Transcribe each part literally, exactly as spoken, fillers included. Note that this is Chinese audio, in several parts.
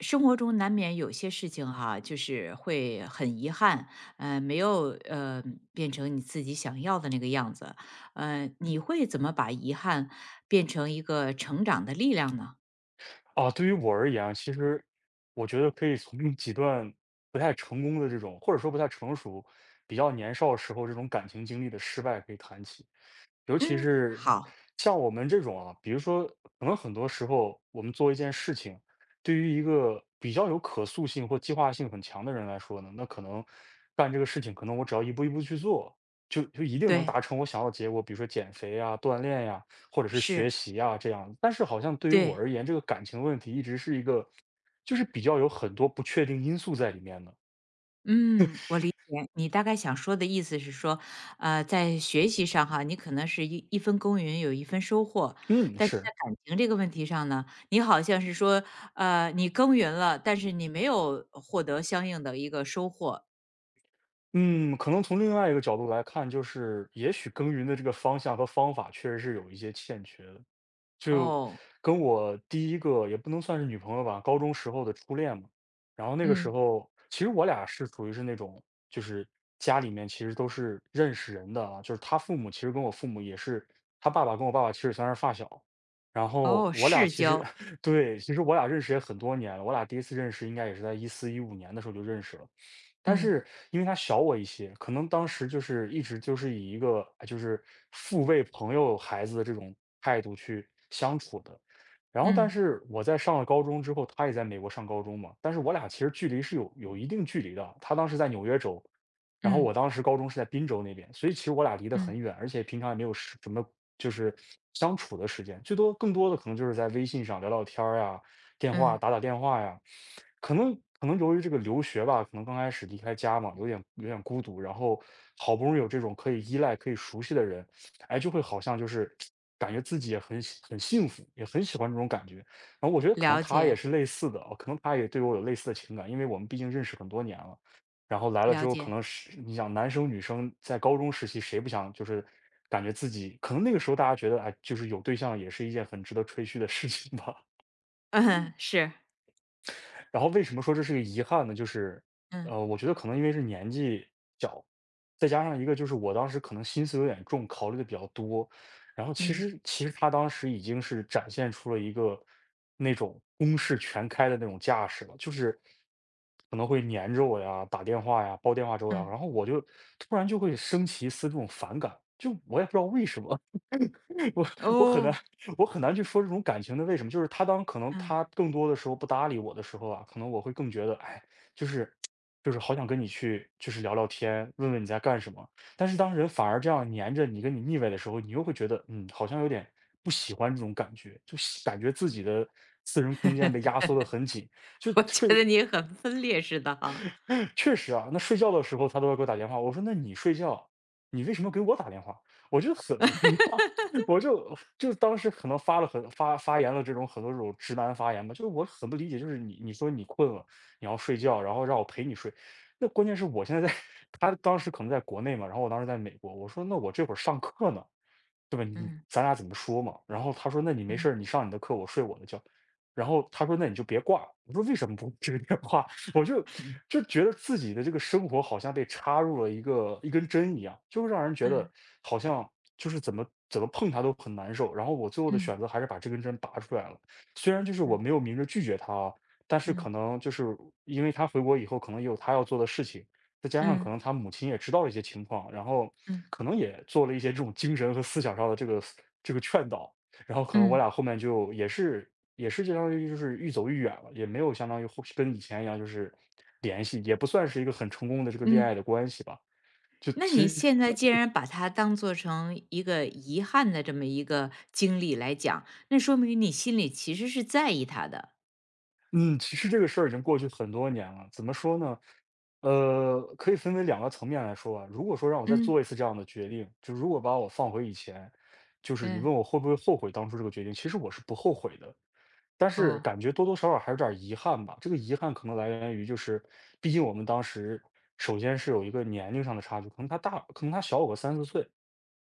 生活中难免有些事情哈，就是会很遗憾，呃，没有呃变成你自己想要的那个样子。呃，你会怎么把遗憾变成一个成长的力量呢？啊，对于我而言啊，其实我觉得可以从 几段不太成功的这种，或者说不太成熟、比较年少时候这种感情经历的失败可以谈起。尤其嗯，是好，像我们这种啊，比如说，可能很多时候我们做一件事情，对于一个比较有可塑性或计划性很强的人来说呢，那可能干这个事情，可能我只要一步一步去做，就就一定能对，达成我想要的结果，比如说减肥呀、锻炼呀，或者是学是，习呀这样。但是好像对于我对。而言，这个感情问题一直是一个，就是比较有很多不确定因素在里面的。嗯，我理解你大概想说的意思是说，呃，在学习上哈，你可能是一一分耕耘有一分收获，嗯，但是在是。感情这个问题上呢，你好像是说，呃，你耕耘了，但是你没有获得相应的一个收获。嗯，可能从另外一个角度来看，就是也许耕耘的这个方向和方法确实是有一些欠缺的。就哦，跟我第一个也不能算是女朋友吧，高中时候的初恋嘛。然后那个时嗯，候，其实我俩是属于是那种，就是家里面其实都是认识人的啊，就是他父母其实跟我父母也是，他爸爸跟我爸爸其实算是发小。然后哦，我俩世其实 交，对，其实我俩认识也很多年了，我俩第一次认识应该也是在一四一五年的时候就认识了。但嗯是因为他小我一些，可能当时就是一直就是以一个哎就是父辈朋友孩子的这种态度去相处的。然后，但嗯是我在上了高中之后，他也在美国上高中嘛，但是我俩其实距离是有有一定距离的。他当时在纽约州，然后我嗯当时高中是在滨州那边，所以其实我俩离得很嗯远，而且平常也没有什什么就是相处的时间，最多更多的可能就是在微信上聊聊天儿呀，电话嗯，打打电话呀。可能可能由于这个留学吧，可能刚开始离开家嘛，有点有点孤独，然后好不容易有这种可以依赖、可以熟悉的人，哎，就会好像就是感觉自己也很喜很幸福，也很喜欢这种感觉。然后我觉得可能了他也解是类似的，可能他也对我有类似的情感，因为我们毕竟认识很多年了。然后来了之了后，可解，能是你想男生女生在高中时期谁不想就是感觉自己可能那个时候大家觉得哎，就是有对象也是一件很值得吹嘘的事情吧。嗯，是，然后为什么说这是个遗憾呢？就是，嗯呃，我觉得可能因为是年纪小，再加上一个就是我当时可能心思有点重，考虑的比较多。然后其嗯实其实他当时已经是展现出了一个那种攻势全开的那种架势了，就是可能会黏着我呀，打电话呀，煲电话粥呀。嗯，然后我就突然就会升起一丝这种反感，就我也不知道为什么，我我很难哦，我很难去说这种感情的为什么，就是他当可能嗯，他更多的时候不搭理我的时候啊，可能我会更觉得，哎，就是就是好想跟你去就是聊聊天，问问你在干什么。但是当人反而这样黏着你，跟你腻歪的时候，你又会觉得，嗯，好像有点不喜欢这种感觉，就喜感觉自己的私人空间被压缩的很紧。就 我觉睡，得你很分裂似的哈，确实啊，那睡觉的时候他都要给我打电话，我说那你睡觉，你为什么给我打电话？我就很很我就就当时可能发了很发发言了这种很多这种直男发言吧，就是我很不理解，就是你你说你困了，你要睡觉，然后让我陪你睡，那关键是我现在在 他当时可能在国内嘛，然后我当时在美国，我说那我这会儿上课呢，对吧？你嗯咱俩怎么说嘛？然后他说那你没事嗯。儿你上你的课，我睡我的觉。然后他说那你就别挂，我说为什么不接电话？我就就觉得自己的这个生活好像被插入了一个一根针一样，就是让人觉得嗯好像就是怎么怎么碰它都很难受。然后我最后的选嗯择还是把这根针拔出来了，虽然就是我嗯没有明着拒绝他啊，但是可嗯能就是因为他回国以后，可能也有他要做的事情，再加上可嗯能他母亲也知道了一些情况，然后嗯可能也做了一些这种精神和思想上的这个这个劝导。然后可能我俩嗯后面就也是也是相当于就是愈走愈远了，也没有相当于后跟以前一样就是联系，也不算是一个很成功的这个恋爱嗯，的关系吧。就那其你实现在既然把它当做成一个遗憾的这么一个经历来讲，那说明你心里其实是在意他的。嗯，其实这个事儿已经过去很多年了。怎么说呢？呃，可以分为两个层面来说啊。如果说让我再嗯做一次这样的决定，就如果把我放回以前，就是你嗯问我会不会后悔当初这个决定，其实我是不后悔的。但是哦感觉多多少少还有点儿遗憾吧。这个遗憾可能来源于，就是毕竟我们当时首先是有一个年龄上的差距，可能他大，可能他小我个三四岁，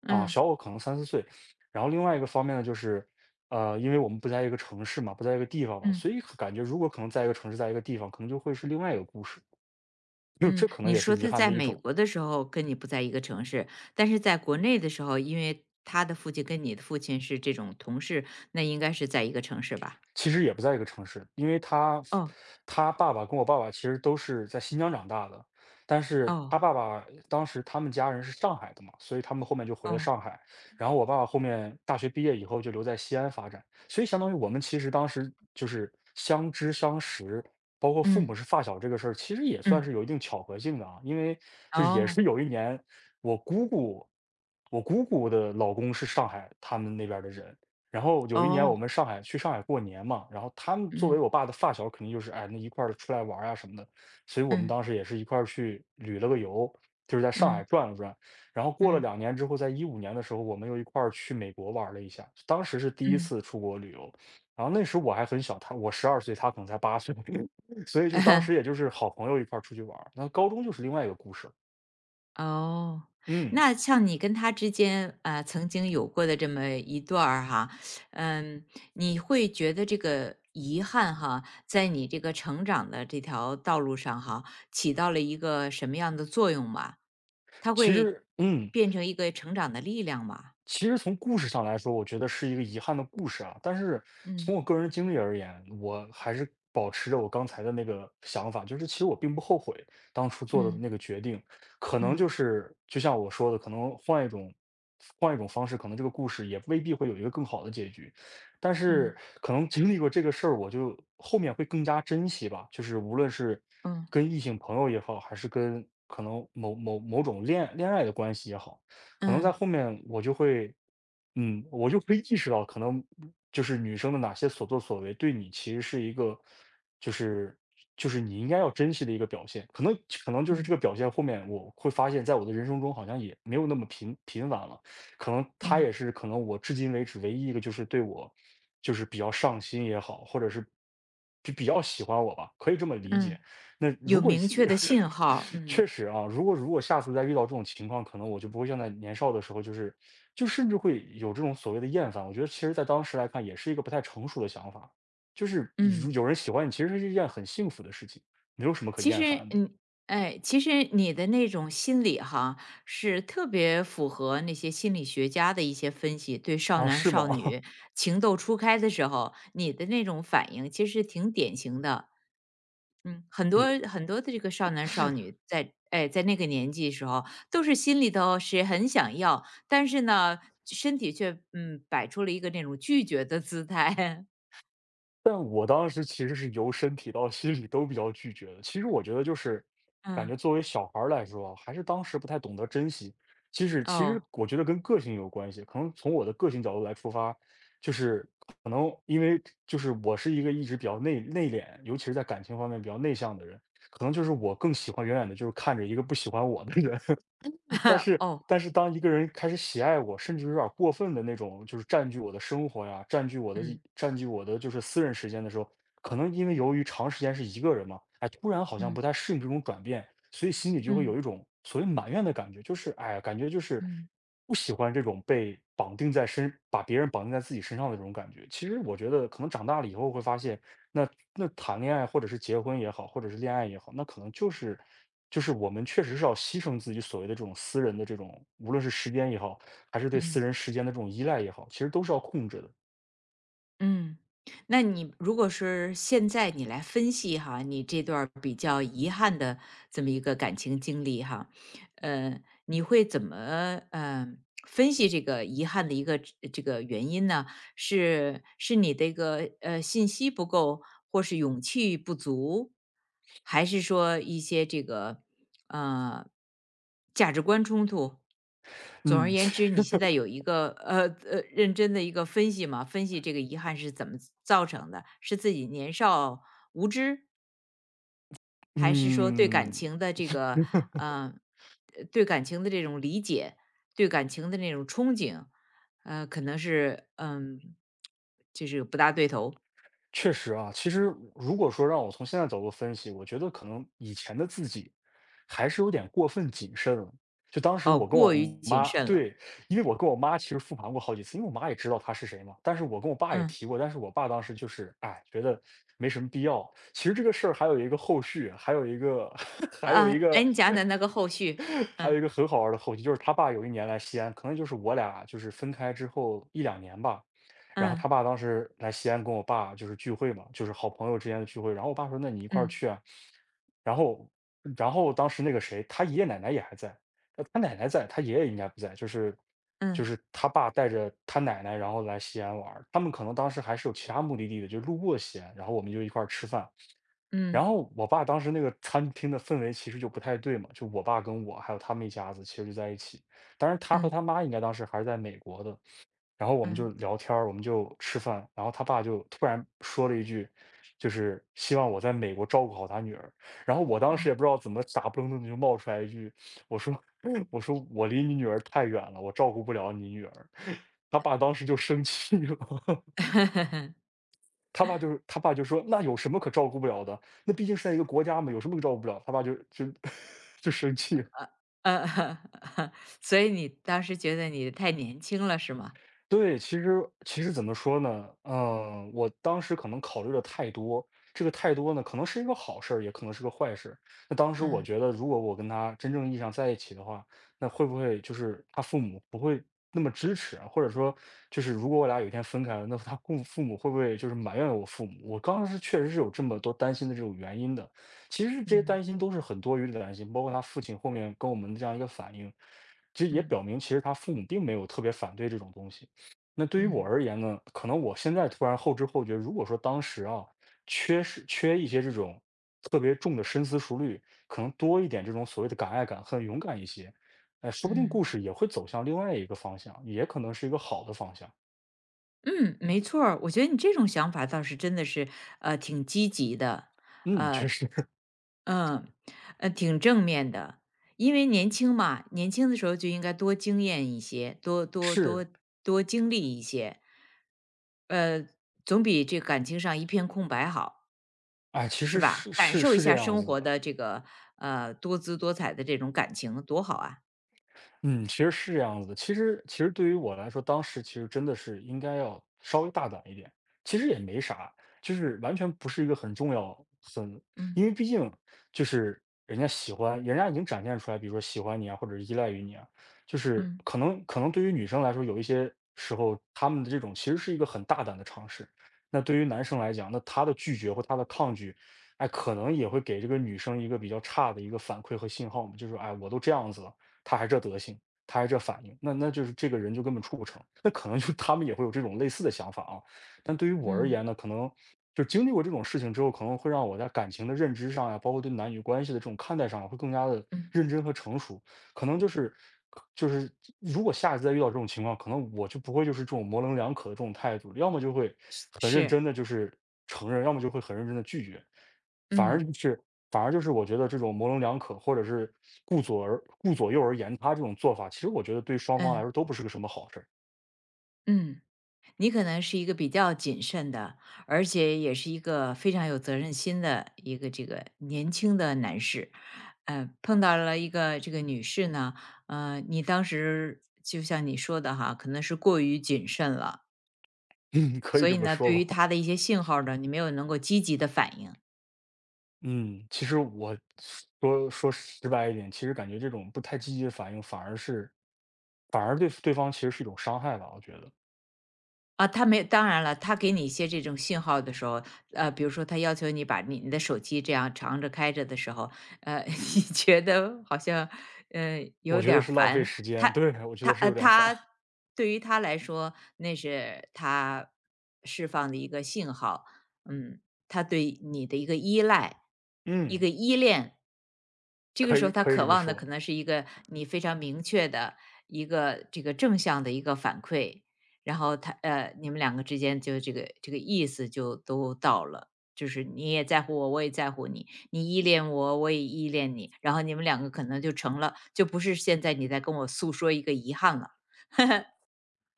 啊，嗯小我可能三四岁。然后另外一个方面呢，就是呃，因为我们不在一个城市嘛，不在一个地方嘛，嗯所以可感觉如果可能在一个城市，在一个地方，可能就会是另外一个故事。就嗯，这可能你也是说遗他憾的在一美种。国的时候跟你不在一个城市，但是在国内的时候，因为他的父亲跟你的父亲是这种同事，那应该是在一个城市吧？其实也不在一个城市，因为他哦他爸爸跟我爸爸其实都是在新疆长大的，但是他哦爸爸当时他们家人是上海的嘛，所以他们后面就回了哦，上海，然后我爸爸后面大学毕业以后就留在西安发展，所以相当于我们其实当时就是相知相识，包括父母嗯是发小这个事儿，其实也算嗯是有一定巧合性的啊，因为就是也哦是有一年我姑姑。我姑姑的老公是上海他们那边儿的人，然后有一年我哦，们上海去上海过年嘛，然后他们作为嗯。我爸的发小，肯定就是哎那一块儿出来玩儿啊什么的，所以我们嗯当时也是一块儿去旅了个游，就是在上海嗯转了转。然后过了嗯两年之后，在一五年的时候，我们又一块儿去美国玩了一下，当时是第一嗯，次出国旅游。然后那时候我还很小，他我十二岁，他可能才八岁，所以就当时也 就是好朋友一块儿出去玩儿那高中就是另外一个故事了，哦，嗯，那像你跟他之间，啊，曾经有过的这么一段儿哈，嗯，你会觉得这个遗憾哈，在你这个成长的这条道路上哈，起到了一个什么样的作用吗？它其会实嗯。变成一个成长的力量吗？其实从故事上来说，我觉得是一个遗憾的故事啊。但是嗯从我个人经历而言，我还是保持着我刚才的那个想法，就是其实我并不后悔当初做的嗯那个决定。可能嗯就是就像我说的，可能换一种换一种方式，可能这个故事也未必会有一个更好的结局。但嗯是可能经历过这个事儿，我就后面会更加珍惜吧。就是无论是嗯跟异性朋友也好，还是跟可能某某某种恋恋爱的关系也好。可能在嗯后面我就会，嗯，我就会意识到，可能就是女生的哪些所作所为，对你其实是一个，就是就是你应该要珍惜的一个表现。可能可能就是这嗯个表现，后面我会发现，在我的人生中好像也没有那么频频繁了。可能她也嗯是，可能我至今为止唯一一个就是对我，就是比较上心也好，或者是就比较喜欢我吧，可以这么理解。嗯，那如有果明确是 的信 号，嗯确实啊，如果如果下次再遇到这种情况，可能我就不会像在年少的时候，就是就甚至会有这种所谓的厌烦。我觉得其实，在当时来看，也是一个不太成熟的想法。就是比如嗯。有人喜欢你，其实是一件很幸福的事情，没有什么可其厌实烦的嗯，哎，其实你的那种心理哈，是特别符合那些心理学家的一些分析，对少啊，男是吗？少 女情窦初开的时候，你的那种反应其实挺典型的。嗯，很多很多的这个少男少女在哎在那个年纪的时候，都是心里头是很想要，但是呢，身体却嗯摆出了一个那种拒绝的姿态。但我当时其实是由身体到心理都比较拒绝的。其实我觉得就是，感嗯，觉作为小孩儿来说啊，还是当时不太懂得珍惜。其实，其实哦，我觉得跟个性有关系。可能从我的个性角度来出发，就是可能因为就是我是一个一直比较内内敛，尤其是在感情方面比较内向的人，可能就是我更喜欢远远的就是看着一个不喜欢我的人。但是 哦，但是当一个人开始喜爱我，甚至有点儿过分的那种，就是占据我的生活呀，占据我的一嗯占据我的就是私人时间的时候，可能因为由于长时间是一个人嘛，哎，突然好像嗯不太适应这种转变，所以心里就会嗯有一种所谓埋怨的感觉，就是哎呀，感觉就是嗯嗯。不喜欢这种被绑定在身，把别人绑定在自己身上的这种感觉。其实我觉得，可能长大了以后会发现，那那谈恋爱或者是结婚也好，或者是恋爱也好，那可能就是就是我们确实是要牺牲自己所谓的这种私人的这种，无论是时间也好，还是对私嗯人时间的这种依赖也好，其实都是要控制的。嗯，那你如果是现在你来分析哈，你这段儿比较遗憾的这么一个感情经历哈，呃，你会怎么呃分析这个遗憾的一个这个原因呢？是是你的一个呃信息不够，或是勇气不足，还是说一些这个呃价值观冲突？总嗯 而言之，你 现在有一个呃呃认真的一个分析嘛，分析这个遗憾是怎么造成的，是自己年少无知，还是说对感嗯。情的这个呃，呃对感情的这种理解，对感情的那种憧憬，呃，可能是嗯，就是不大对头确实啊，其实如果说让我从现在角度分析，我觉得可能以前的自己还是有点过分谨慎了。就当时哦，我跟我过于谨妈，慎了。对，因为我跟我妈其实复盘过好几次，因为我妈也知道她是谁嘛。但是我跟我爸也嗯提过，但是我爸当时就是，哎，觉得没什么必要。其实这个事儿还有一个后续，还有一个，还有啊，一个，哎，你讲讲那个后续。还有嗯一个很好玩儿的后续，就是他爸有一年来西安，可能就是我俩就是分开之后一两年吧。然后他嗯爸当时来西安跟我爸就是聚会嘛，就是好朋友之间的聚会。然后我爸说："那你一块儿嗯去啊。"然后，然后当时那个谁，他爷爷奶奶也还在，呃他奶奶在，他爷爷应该不在，就是就嗯是他爸带着他奶奶，然后来西安玩儿他们可能当时还是有其他目的地的，就路过西安，然后我们就一块儿吃饭。然嗯后我爸当时那个餐厅的氛围其实就不太对嘛，就我爸跟我还有他们一家子其实就在一起，当然他和嗯他妈应该当时还是在美国的，然后我们就嗯聊天儿我们就吃饭，然后他爸就突然说了一句，就是希望我在美国照顾好他女儿。然后我当时也嗯，不知道怎么打不愣登的就冒出来一句，我说 我说我离你女儿太远了，我照顾不了你女儿。他爸当时就生气了，他爸就是他爸就说那有什么可照顾不了的？那毕竟是在一个国家嘛，有什么可照顾不了？他爸就就 就生气呃，所以你当时觉得你太年轻了是吗？对，其实其实怎么说呢？嗯，我当时可能考虑的太多，这个太多呢，可能是一个好事儿也可能是个坏事。那当时我嗯觉得，如果我跟他真正意义上在一起的话，那会不会就是他父母不会那么支持啊或者说，就是如果我俩有一天分开了，那他父父母会不会就是埋怨我父母？我当时确实是有这么多担心的这种原因的。其实这些嗯担心都是很多余的担心，包括他父亲后面跟我们的这样一个反应，其实也嗯表明其实他父母并没有特别反对这种东西。那对于我嗯而言呢，可能我现在突然后知后觉，如果说当时啊，缺失缺一些这种特别重的深思熟虑，可能多一点这种所谓的敢爱敢恨、勇敢一些，哎，说不定故嗯。事也会走向另外一个方向，也可能是一个好的方向。嗯，没错儿我觉得你这种想法倒是真的是，呃，挺积极的，嗯，确呃，实 嗯，呃，挺正面的。因为年轻嘛，年轻的时候就应该多经验一些，多 多多是，多经历一些，呃，总比这感情上一片空白好，哎，其是实是吧？感是受一是这下样生子活的。的这个呃多姿多彩的这种感情，多好啊！嗯，其实是这样子的。其实其实对于我来说，当时其实真的是应该要稍微大胆一点。其实也没啥，就是完全不是一个很重要，很，嗯因为毕竟就是人家喜欢，人家已经展现出来，比如说喜欢你啊，或者是依赖于你啊，就是嗯可能可能对于女生来说，有一些时候她们的这种其实是一个很大胆的尝试。那对于男生来讲，那他的拒绝或他的抗拒，哎，可能也会给这个女生一个比较差的一个反馈和信号嘛，就是哎，我都这样子了。他还这德行，他还这反应，那那就是这个人就根本处不成。那可能就他们也会有这种类似的想法啊，但对于我而嗯言呢，可能就经历过这种事情之后，可能会让我在感情的认知上呀，包括对男女关系的这种看待上啊，会更加的嗯，认真和成熟。可能就是就是如果下一次再遇到这种情况，可能我就不会就是这种模棱两可的这种态度，要么就会是很认是，真的就是承认，要么就会很认真的拒绝。反而嗯就是反而就是我觉得这种模棱两可，或者是顾左而顾左右而言他这种做法，其实我觉得对双方来嗯说都不是个什么好事儿。嗯。你可能是一个比较谨慎的，而且也是一个非常有责任心的一个这个年轻的男士，呃，碰到了一个这个女士呢，呃，你当时就像你说的哈，可能是过于谨慎了，嗯，可以所这以么呢，对说于吧。她的一些信号呢，你没有能够积极的反应，嗯，其实我说说直白一点，其实感觉这种不太积极的反应，反而是反而对对方其实是一种伤害吧，我觉得。啊，他没当然了，他给你一些这种信号的时候，呃，比如说他要求你把你你的手机这样长着开着的时候，呃，你觉得好像，呃，我有觉点得儿是浪费烦。时间，他对，我觉他得是呃有点烦。他对于他来说，那是他释放的一个信号，嗯，他对你的一个依赖，一嗯，个依恋。这个可时以候他可以这渴么望的说。可能是一个你非常明确的一个这个正向的一个反馈，然后他呃，你们两个之间就这个这个意思就都到了，就是你也在乎我，我也在乎你，你依恋我，我也依恋你，然后你们两个可能就成了，就不是现在你在跟我诉说一个遗憾了。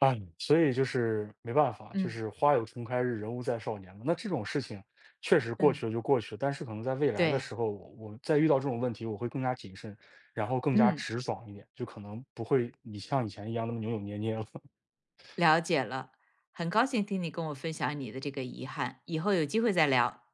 哎，所以就是没办法，就嗯是花有重开日，人无再少年嘛。那这种事情确实过嗯，去了就过去了，但是可能在未来的对，时候，我我再遇到这种问题，我会更加谨慎，然后更加嗯，直爽一点，就可能不会你像以前一样那么扭扭捏捏了。了解了，很高兴听你跟我分享你的这个遗憾，以后有机会再聊。